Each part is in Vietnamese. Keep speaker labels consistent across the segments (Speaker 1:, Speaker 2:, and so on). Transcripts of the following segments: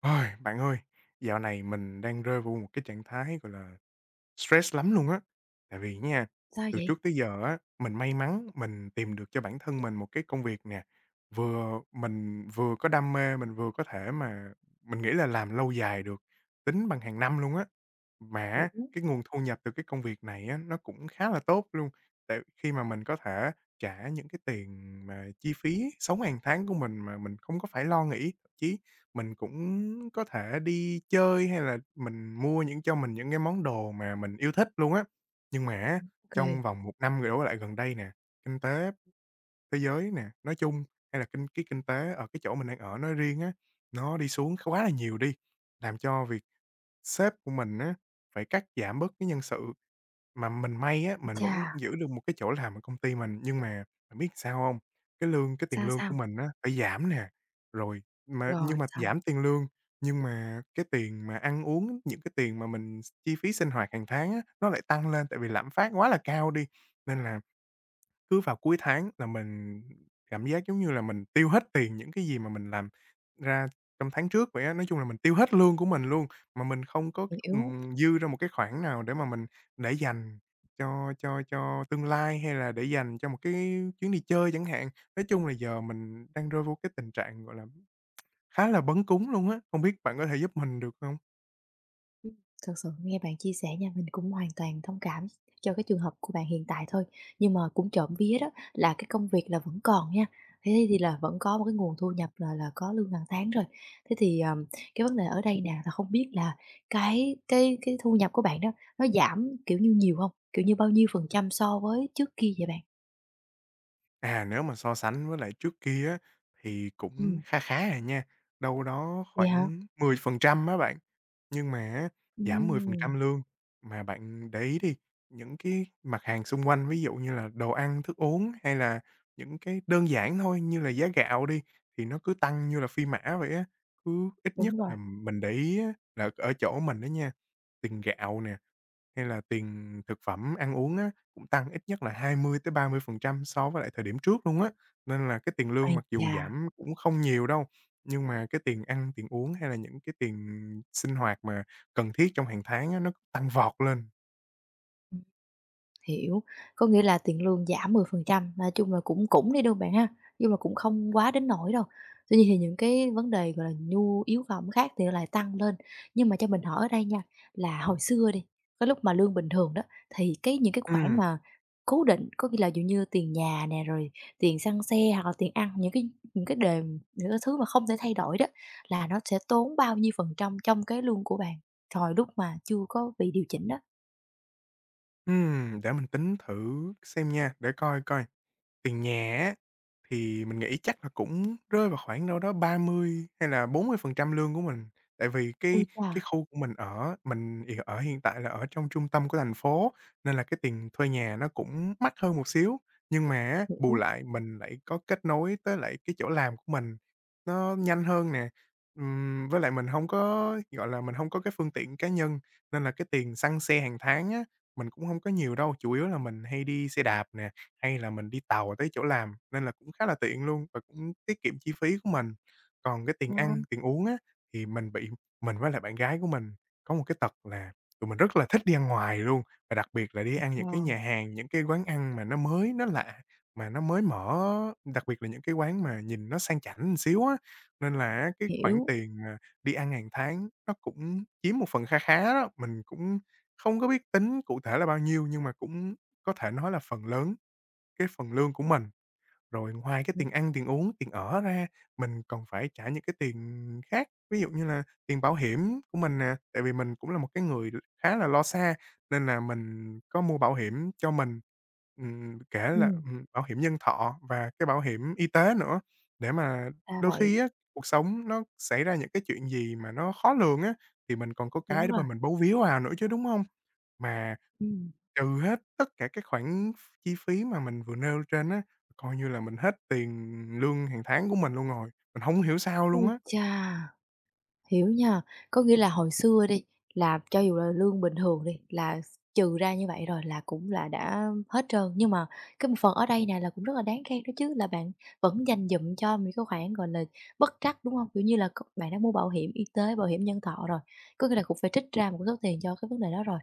Speaker 1: Ôi, bạn ơi, dạo này mình đang rơi vô một cái trạng thái, gọi là, stress lắm luôn á. Tại vì nha,
Speaker 2: Sao
Speaker 1: từ
Speaker 2: vậy?
Speaker 1: trước tới giờ á, mình may mắn mình tìm được cho bản thân mình một cái công việc nè, vừa mình vừa có đam mê, mình vừa có thể mà mình nghĩ là làm lâu dài được, tính bằng hàng năm luôn á. Mà
Speaker 2: Hiểu.
Speaker 1: cái nguồn thu nhập từ cái công việc này á, nó cũng khá là tốt luôn, tại khi mà mình có thể trả những cái tiền mà chi phí sống hàng tháng của mình mà mình không có phải lo nghĩ, thậm chí mình cũng có thể đi chơi hay là mình mua những cho mình những cái món đồ mà mình yêu thích luôn á. Nhưng mà á,
Speaker 2: OK.
Speaker 1: trong vòng một năm đổ lại gần đây nè, kinh tế thế giới nè, nói chung, hay là kinh tế ở cái chỗ mình đang ở nói riêng á, nó đi xuống quá là nhiều đi, làm cho việc Sếp của mình á, phải cắt giảm bớt cái nhân sự, mà mình may á,
Speaker 2: Ái
Speaker 1: mình
Speaker 2: chà,
Speaker 1: vẫn giữ được một cái chỗ làm ở công ty mình. Nhưng mà bạn biết sao hông? Cái lương cái tiền
Speaker 2: sao,
Speaker 1: lương của
Speaker 2: sao?
Speaker 1: mình á, phải giảm nè, rồi mà nhưng
Speaker 2: Rồi,
Speaker 1: mà
Speaker 2: xong,
Speaker 1: giảm tiền lương, nhưng mà cái tiền mà ăn uống, những cái tiền mà mình s chi phí sinh hoạt hàng tháng á, nó lại tăng lên tại vì lạm phát quá là cao đi, nên là cứ vào cuối tháng là mình cảm giác giống như là mình tiêu hết tiền những cái gì mà mình làm ra trong tháng trước vậy á. Nói chung là mình tiêu hết lương của mình luôn, mà mình không có,
Speaker 2: hiểu.
Speaker 1: dư ra một cái khoản nào để mà mình để dành cho tương lai, hay là để dành cho một cái chuyến đi chơi chẳng hạn. Nói chung là giờ mình đang rơi vô cái tình trạng, gọi là, khá là bấn cúng luôn á, không biết bạn có thể giúp mình được không?
Speaker 2: Ừm, Thực sự nghe bạn chia sẻ nha, mình cũng hoàn toàn thông cảm cho cái trường hợp của bạn hiện tại thôi. Nhưng mà cũng trộm vía đó là cái công việc là vẫn còn nha, thế thì là vẫn có một cái nguồn thu nhập là có lương hàng tháng rồi. Thế thì, cái vấn đề ở đây nè là không biết là cái thu nhập của bạn đó nó giảm, kiểu như, nhiều không? Kiểu như, bao nhiêu phần trăm so với trước kia vậy bạn?
Speaker 1: À, nếu mà so sánh với lại trước kia á, thì cũng
Speaker 2: Ừm.
Speaker 1: khá khá à nha, đâu đó
Speaker 2: Vậy hả?
Speaker 1: khoảng 10% á bạn. Nhưng mà á, giảm
Speaker 2: Ừm,
Speaker 1: 10% lương, mà bạn để ý đi, những cái mặt hàng xung quanh, ví dụ như là đồ ăn, thức uống hay là những cái đơn giản thôi như là giá gạo đi, thì nó cứ tăng như là phi mã vậy á. Cứ ít nhất
Speaker 2: đúng rồi.
Speaker 1: là mình để ý á, là ở chỗ mình á nha, tiền gạo nè, hay là tiền thực phẩm ăn uống á, cũng tăng ít nhất là hai mươi mươi tới ba mươi phần trăm so với lại thời điểm trước luôn á. Nên là cái tiền lương
Speaker 2: Ái
Speaker 1: mặc dù
Speaker 2: chà!
Speaker 1: giảm cũng không nhiều đâu, nhưng mà cái tiền ăn, tiền uống hay là những cái tiền sinh hoạt mà cần thiết trong hàng tháng á, nó tăng vọt lên.
Speaker 2: Hiểu, có nghĩa là tiền lương giảm 10%, nói chung là cũng cũng đi đâu bạn ha, nhưng mà cũng không quá đến nỗi đâu. Tuy nhiên thì những cái vấn đề, gọi là, nhu yếu phẩm khác thì nó lại tăng lên. Nhưng mà cho mình hỏi ở đây nha, là hồi xưa đi, cái lúc mà lương bình thường đó, thì cái những cái khoản
Speaker 1: Ừm,
Speaker 2: mà cố định, có nghĩa là dụ như tiền nhà nè, rồi tiền xăng xe hoặc là tiền ăn, những cái thứ mà không thể thay đổi đó, là nó sẽ tốn bao nhiêu phần trăm trong cái lương của bạn, thời lúc mà chưa có bị điều chỉnh đó?
Speaker 1: để mình tính thử xem nha, để coi coi. Tiền nhà á thì mình nghĩ chắc là cũng rơi vào khoảng đâu đó 30 hay là 40% lương của mình. Tại vì
Speaker 2: Ui chà,
Speaker 1: cái khu của mình ở, mình thì ở hiện tại là ở trong trung tâm của thành phố, nên là cái tiền thuê nhà nó cũng mắc hơn một xíu. Nhưng mà á, bù
Speaker 2: hiểu,
Speaker 1: lại mình lại có kết nối tới lại cái chỗ làm của mình, nó nhanh hơn nè. Với lại mình không có, gọi là, mình không có cái phương tiện cá nhân, nên là cái tiền xăng xe hàng tháng á, mình cũng không có nhiều đâu, chủ yếu là mình hay đi xe đạp nè hay là mình đi tàu tới chỗ làm, nên là cũng khá là tiện luôn và cũng tiết kiệm chi phí của mình. Còn cái tiền
Speaker 2: ngon.
Speaker 1: ăn, tiền uống á, thì mình bị mình với lại bạn gái của mình có một cái tật là tụi mình rất là thích đi ăn ngoài luôn, và đặc biệt là đi ăn những cái
Speaker 2: Wow,
Speaker 1: nhà hàng, những cái quán ăn mà nó mới, nó lạ, mà nó mới mở, đặc biệt là những cái quán mà nhìn nó sang chảnh một xíu á. Nên là á, cái khoản
Speaker 2: hiểu.
Speaker 1: tiền mà đi ăn hàng tháng nó cũng chiếm một phần kha khá đó, mình cũng không có biết tính cụ thể là bao nhiêu nhưng mà cũng có thể nói là phần lớn cái phần lương của mình, rồi ngoài cái
Speaker 2: Ừm,
Speaker 1: tiền ăn, tiền uống, tiền ở ra, mình còn phải trả những cái tiền khác, ví dụ như là tiền bảo hiểm của mình nè, tại vì mình cũng là một cái người khá là lo xa, nên là mình có mua bảo hiểm cho mình, kể là,
Speaker 2: ừm,
Speaker 1: bảo hiểm nhân thọ và cái bảo hiểm y tế nữa. Để mà
Speaker 2: Ra
Speaker 1: đôi
Speaker 2: vậy,
Speaker 1: khi á, cuộc sống nó xảy ra những cái chuyện gì mà nó khó lường á, thì mình còn có
Speaker 2: đúng
Speaker 1: cái để
Speaker 2: rồi.
Speaker 1: mà mình bấu víu vào nữa chứ, đúng không? Mà
Speaker 2: Ừm.
Speaker 1: trừ hết tất cả các khoản chi phí mà mình vừa nêu trên á, coi như là mình hết tiền lương hàng tháng của mình luôn rồi, mình hổng hiểu sao luôn
Speaker 2: Ôi
Speaker 1: á.
Speaker 2: chà! Hiểu nha. Có nghĩa là hồi xưa đi, là cho dù là lương bình thường đi, là trừ ra như vậy rồi là cũng là đã hết trơn, nhưng mà cái một phần ở đây này là cũng rất là đáng khen đó chứ, là bạn vẫn dành dụm cho những cái khoản, gọi là, bất trắc, đúng không? Kiểu như là, c bạn đã mua bảo hiểm y tế, bảo hiểm nhân thọ rồi, có nghĩa là cũng phải trích ra một số tiền cho cái vấn đề đó rồi.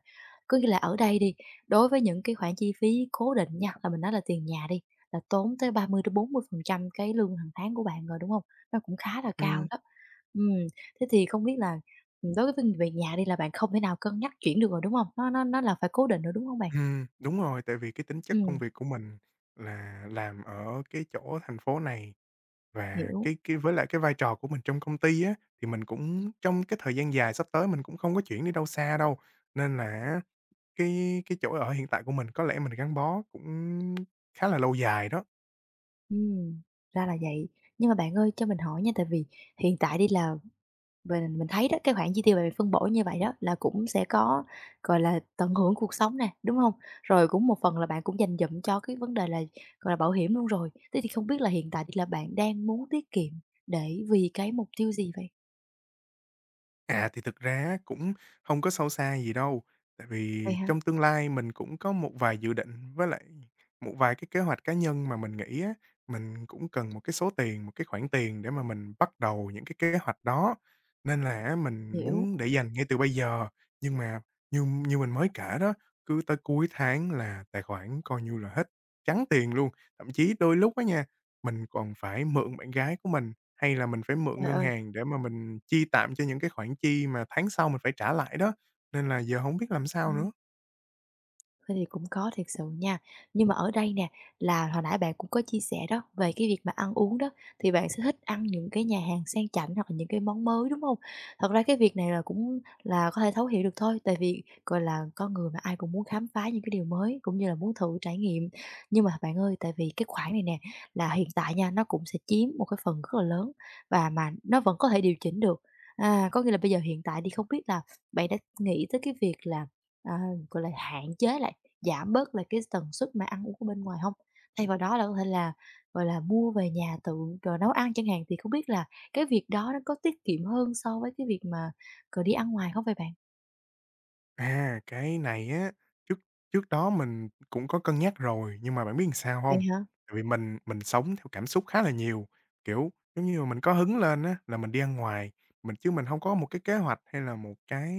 Speaker 2: Có nghĩa là ở đây đi, đối với những cái khoản chi phí cố định nha, là mình nói là tiền nhà đi, là tốn tới ba mươi mươi bốn mươi phần trăm cái lương hàng tháng của bạn rồi, đúng không? Nó cũng khá là cao
Speaker 1: Ừm,
Speaker 2: đó. Ừ. Thế thì không biết là, đối với phân về nhà đi là bạn không thể nào cân nhắc chuyển được rồi, đúng không? Nó là phải cố định rồi, đúng không bạn?
Speaker 1: Đúng rồi, tại vì cái tính chất công
Speaker 2: Ừm,
Speaker 1: việc của mình là làm ở cái chỗ thành phố này và
Speaker 2: hiểu,
Speaker 1: cái với lại cái vai trò của mình trong công ty á, thì mình cũng trong cái thời gian dài sắp tới mình cũng không có chuyển đi đâu xa đâu, nên là á cái chỗ ở hiện tại của mình có lẽ mình gắn bó cũng khá là lâu dài đó.
Speaker 2: ừm, ra là vậy. Nhưng mà bạn ơi, cho mình hỏi nha, tại vì hiện tại đi là mình thấy đó, cái khoản chi tiêu bạn phân bổ như vậy đó là cũng sẽ có, gọi là, tận hưởng cuộc sống nè, đúng không? Rồi cũng một phần là bạn cũng dành dụm cho cái vấn đề là, gọi là, bảo hiểm luôn rồi. Thế thì không biết là hiện tại thì là bạn đang muốn tiết kiệm để vì cái mục tiêu gì vậy?
Speaker 1: À, thì thực ra á cũng không có sâu xa gì đâu, tại
Speaker 2: Vậy
Speaker 1: vì
Speaker 2: hả?
Speaker 1: trong tương lai mình cũng có một vài dự định với lại một vài cái kế hoạch cá nhân mà mình nghĩ á, mình cũng cần một cái số tiền, một cái khoản tiền để mà mình bắt đầu những cái kế hoạch đó. Nên là á mình
Speaker 2: Hiểu,
Speaker 1: muốn để dành ngay từ bây giờ, nhưng mà như như mình mới kể đó, cứ tới cuối tháng là tài khoản coi như là hết trắng tiền luôn. Thậm chí đôi lúc á nha, mình còn phải mượn bạn gái của mình hay là mình phải mượn
Speaker 2: trời
Speaker 1: ngân
Speaker 2: ơi!
Speaker 1: hàng để mà mình chi tạm cho những cái khoản chi mà tháng sau mình phải trả lại đó, nên là giờ hổng biết làm sao nữa.
Speaker 2: Thế thì cũng có thiệt sự nha. Nhưng mà ở đây nè, là hồi nãy bạn cũng có chia sẻ đó, về cái việc mà ăn uống đó, thì bạn sẽ thích ăn những cái nhà hàng sang chảnh hoặc là những cái món mới, đúng hông? Thật ra cái việc này là cũng là có thể thấu hiểu được thôi, tại vì, gọi là, con người mà ai cũng muốn khám phá những cái điều mới, cũng như là muốn thử trải nghiệm. Nhưng mà bạn ơi, tại vì cái khoản này nè, là hiện tại nha, nó cũng sẽ chiếm một cái phần rất là lớn và mà nó vẫn có thể điều chỉnh được. À, có nghĩa là bây giờ hiện tại đi, không biết là bạn đã nghĩ tới cái việc là, à, gọi là, hạn chế lại? Giảm bớt là cái tần suất mà ăn uống ở bên ngoài không? Thay vào đó là có thể là, gọi là, mua về nhà tự, rồi nấu ăn chẳng hạn, thì không biết là cái việc đó nó có tiết kiệm hơn so với cái việc mà, cờ đi ăn ngoài không vậy bạn?
Speaker 1: À, cái này á, trước trước đó mình cũng có cân nhắc rồi, nhưng mà bạn biết làm sao
Speaker 2: Vậy
Speaker 1: hông?
Speaker 2: hả?
Speaker 1: Tại vì mình sống theo cảm xúc khá là nhiều, kiểu, giống như là, mình có hứng lên á là mình đi ăn ngoài, mình hông có một cái kế hoạch hay là một cái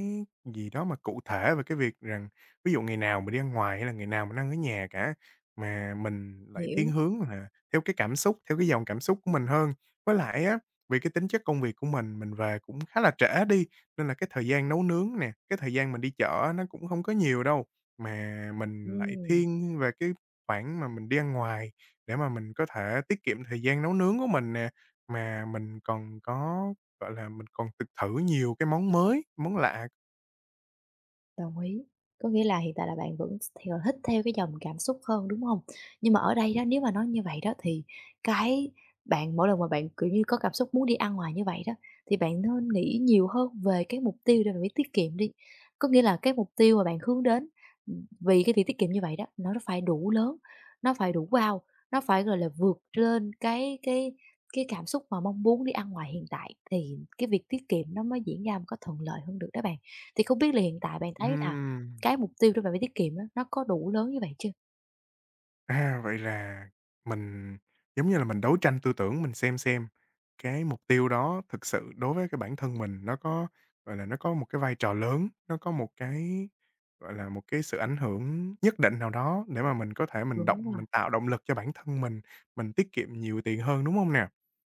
Speaker 1: gì đó mà cụ thể về cái việc rằng ví dụ ngày nào mình đi ăn ngoài hay là ngày nào mình ăn ở nhà cả, mà mình lại
Speaker 2: Hiểu,
Speaker 1: thiên hướng là theo cái cảm xúc, theo cái dòng cảm xúc của mình hơn. Với lại á, vì cái tính chất công việc của mình về cũng khá là trễ đi, nên là cái thời gian nấu nướng nè, cái thời gian mình đi chợ á nó cũng không có nhiều đâu, mà mình lại
Speaker 2: ừ.
Speaker 1: thiên về cái khoản mà mình đi ăn ngoài để mà mình có thể tiết kiệm thời gian nấu nướng của mình nè. Mà mình còn có, gọi là, mình còn thử nhiều cái món mới, món lạ.
Speaker 2: Đồng ý. Có nghĩa là hiện tại là bạn vẫn theo thích theo cái dòng cảm xúc hơn, đúng không? Nhưng mà ở đây đó, nếu mà nói như vậy đó thì cái bạn mỗi lần mà bạn, kiểu như, có cảm xúc muốn đi ăn ngoài như vậy đó, thì bạn nên nghĩ nhiều hơn về cái mục tiêu để bạn biết tiết kiệm đi. Có nghĩa là cái mục tiêu mà bạn hướng đến, vì cái việc tiết kiệm như vậy đó, nó phải đủ lớn, nó phải đủ wow, nó phải, gọi là, vượt lên cái cảm xúc mà mong muốn đi ăn ngoài hiện tại thì cái việc tiết kiệm nó mới diễn ra một cách thuận lợi hơn được đó bạn. Thì không biết là hiện tại bạn thấy là
Speaker 1: Ừm.
Speaker 2: cái mục tiêu để bạn phải tiết kiệm á, nó có đủ lớn như vậy chưa?
Speaker 1: À, vậy là mình, giống như là, mình đấu tranh tư tưởng, mình xem cái mục tiêu đó thực sự đối với cái bản thân mình nó có, gọi là, nó có một cái vai trò lớn, nó có một cái, gọi là, một cái sự ảnh hưởng nhất định nào đó để mà mình có thể
Speaker 2: Đúng rồi,
Speaker 1: mình tạo động lực cho bản thân mình tiết kiệm nhiều tiền hơn, đúng không nè?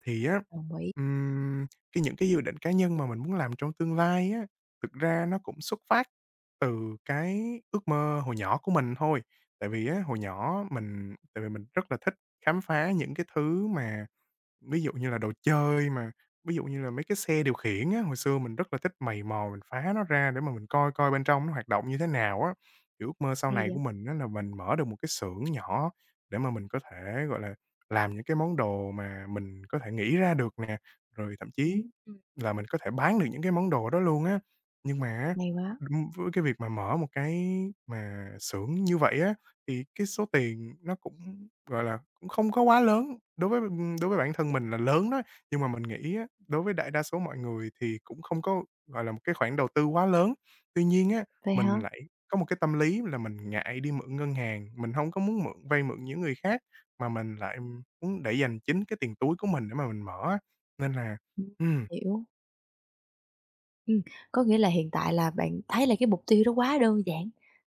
Speaker 1: Thì á,
Speaker 2: đồng ý,
Speaker 1: ừm, cái những cái dự định cá nhân mà mình muốn làm trong tương lai á, thực ra nó cũng xuất phát từ cái ước mơ hồi nhỏ của mình thôi. Tại vì á, hồi nhỏ mình tại vì mình rất là thích khám phá những cái thứ mà ví dụ như là đồ chơi mà ví dụ như là mấy cái xe điều khiển á, hồi xưa mình rất là thích mày mò mình phá nó ra để mà mình coi coi bên trong nó hoạt động như thế nào á. Thì ước mơ sau
Speaker 2: hay
Speaker 1: này
Speaker 2: vậy,
Speaker 1: của mình á là mình mở được một cái xưởng nhỏ để mà mình có thể, gọi là, làm những cái món đồ mà mình có thể nghĩ ra được nè, rồi thậm chí
Speaker 2: ừm.
Speaker 1: là mình có thể bán được những cái món đồ đó luôn á. Nhưng mà á,
Speaker 2: Hay quá,
Speaker 1: với cái việc mà mở một cái mà xưởng như vậy á, thì cái số tiền nó cũng, gọi là cũng không có quá lớn, đối với bản thân mình là lớn đó, nhưng mà mình nghĩ á, đối với đại đa số mọi người thì cũng không có, gọi là, một cái khoản đầu tư quá lớn. Tuy nhiên á,
Speaker 2: vậy hả?
Speaker 1: mình lại có một cái tâm lý là mình ngại đi mượn ngân hàng, mình không có muốn mượn vay mượn những người khác, mà mình lại muốn để dành chính cái tiền túi của mình để mà mình mở á, nên là
Speaker 2: Ừm,
Speaker 1: ừm,
Speaker 2: hiểu. Ừm, có nghĩa là hiện tại là bạn thấy là cái mục tiêu đó quá đơn giản,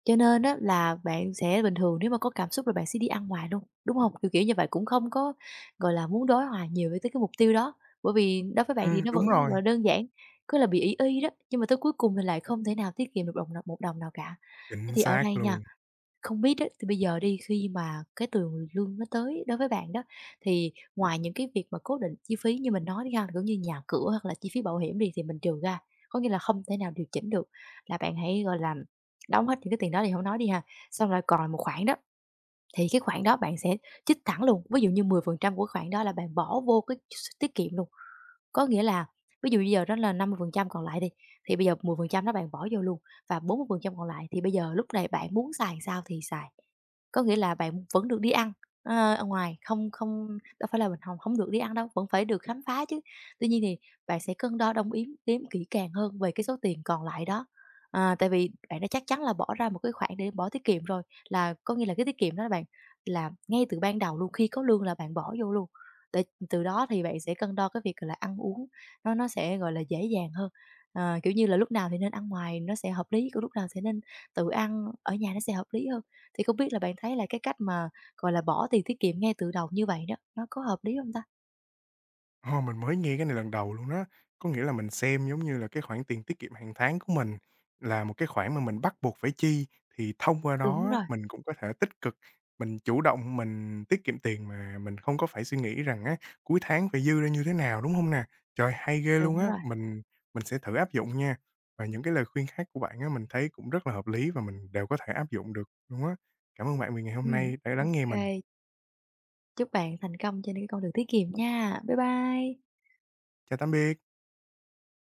Speaker 2: cho nên á là bạn sẽ bình thường nếu mà có cảm xúc là bạn sẽ đi ăn ngoài luôn, đúng không? Kiểu như vậy, cũng không có, gọi là, muốn đối hòa nhiều với tới cái mục tiêu đó, bởi vì đối với bạn thì nó
Speaker 1: đúng
Speaker 2: vẫn, gọi là,
Speaker 1: rồi,
Speaker 2: đơn giản, cứ là bị ý y đó, nhưng mà tới cuối cùng thì lại không thể nào tiết kiệm được đồng nào một đồng nào cả. Thế
Speaker 1: chính
Speaker 2: thì ở
Speaker 1: xác
Speaker 2: đây nha,
Speaker 1: luôn.
Speaker 2: không biết á, thì bây giờ đi khi mà cái tiền lương nó tới đối với bạn đó, thì ngoài những cái việc mà cố định chi phí như mình nói đi ha, cũng như nhà cửa hoặc là chi phí bảo hiểm đi thì mình trừ ra, có nghĩa là không thể nào điều chỉnh được, là bạn hãy, gọi là, đóng hết những cái tiền đó thì không nói đi ha, xong rồi còn một khoản đó, thì cái khoản đó bạn sẽ chích thẳng luôn, ví dụ như 10% của khoản đó là bạn bỏ vô cái tiết kiệm luôn. Có nghĩa là ví dụ bây giờ đó là 50% còn lại đi, thì bây giờ 10% đó bạn bỏ vô luôn và 40% còn lại thì bây giờ lúc này bạn muốn xài sao thì xài. Có nghĩa là bạn vẫn được đi ăn, ờ, ở ngoài, không không đâu phải là mình không được đi ăn đâu, vẫn phải được khám phá chứ. Tuy nhiên thì bạn sẽ cân đo đong yếm đếm kỹ càng hơn về cái số tiền còn lại đó. À, tại vì bạn đã chắc chắn là bỏ ra một cái khoản để bỏ tiết kiệm rồi, là có nghĩa là cái tiết kiệm đó bạn là ngay từ ban đầu luôn, khi có lương là bạn bỏ vô luôn, để từ đó thì bạn sẽ cân đo cái việc, là, ăn uống, nó sẽ, gọi là, dễ dàng hơn. Ờ, kiểu như là, lúc nào thì nên ăn ngoài nó sẽ hợp lý, còn lúc nào sẽ nên tự ăn ở nhà nó sẽ hợp lý hơn. Thì không biết là bạn thấy là cái cách mà, gọi là, bỏ tiền tiết kiệm ngay từ đầu như vậy đó, nó có hợp lý không ta?
Speaker 1: Ồ, mình mới nghe cái này lần đầu luôn đó. Có nghĩa là mình xem giống như là cái khoản tiền tiết kiệm hàng tháng của mình là một cái khoản mà mình bắt buộc phải chi, thì thông qua
Speaker 2: Đúng
Speaker 1: đó
Speaker 2: rồi,
Speaker 1: mình cũng có thể tích cực, mình chủ động mình tiết kiệm tiền mà mình không có phải suy nghĩ rằng á, cuối tháng phải dư ra như thế nào, đúng không nè? Trời, hay ghê luôn
Speaker 2: đúng
Speaker 1: á,
Speaker 2: rồi.
Speaker 1: mình sẽ thử áp dụng nha. Và những cái lời khuyên khác của bạn á, mình thấy cũng rất là hợp lý và mình đều có thể áp dụng được luôn á. Cảm ơn bạn vì ngày hôm
Speaker 2: Ừm,
Speaker 1: nay đã
Speaker 2: ô,
Speaker 1: lắng nghe mình.
Speaker 2: chúc bạn thành công trên cái con đường tiết kiệm nha. Bye bye.
Speaker 1: Chào tạm biệt.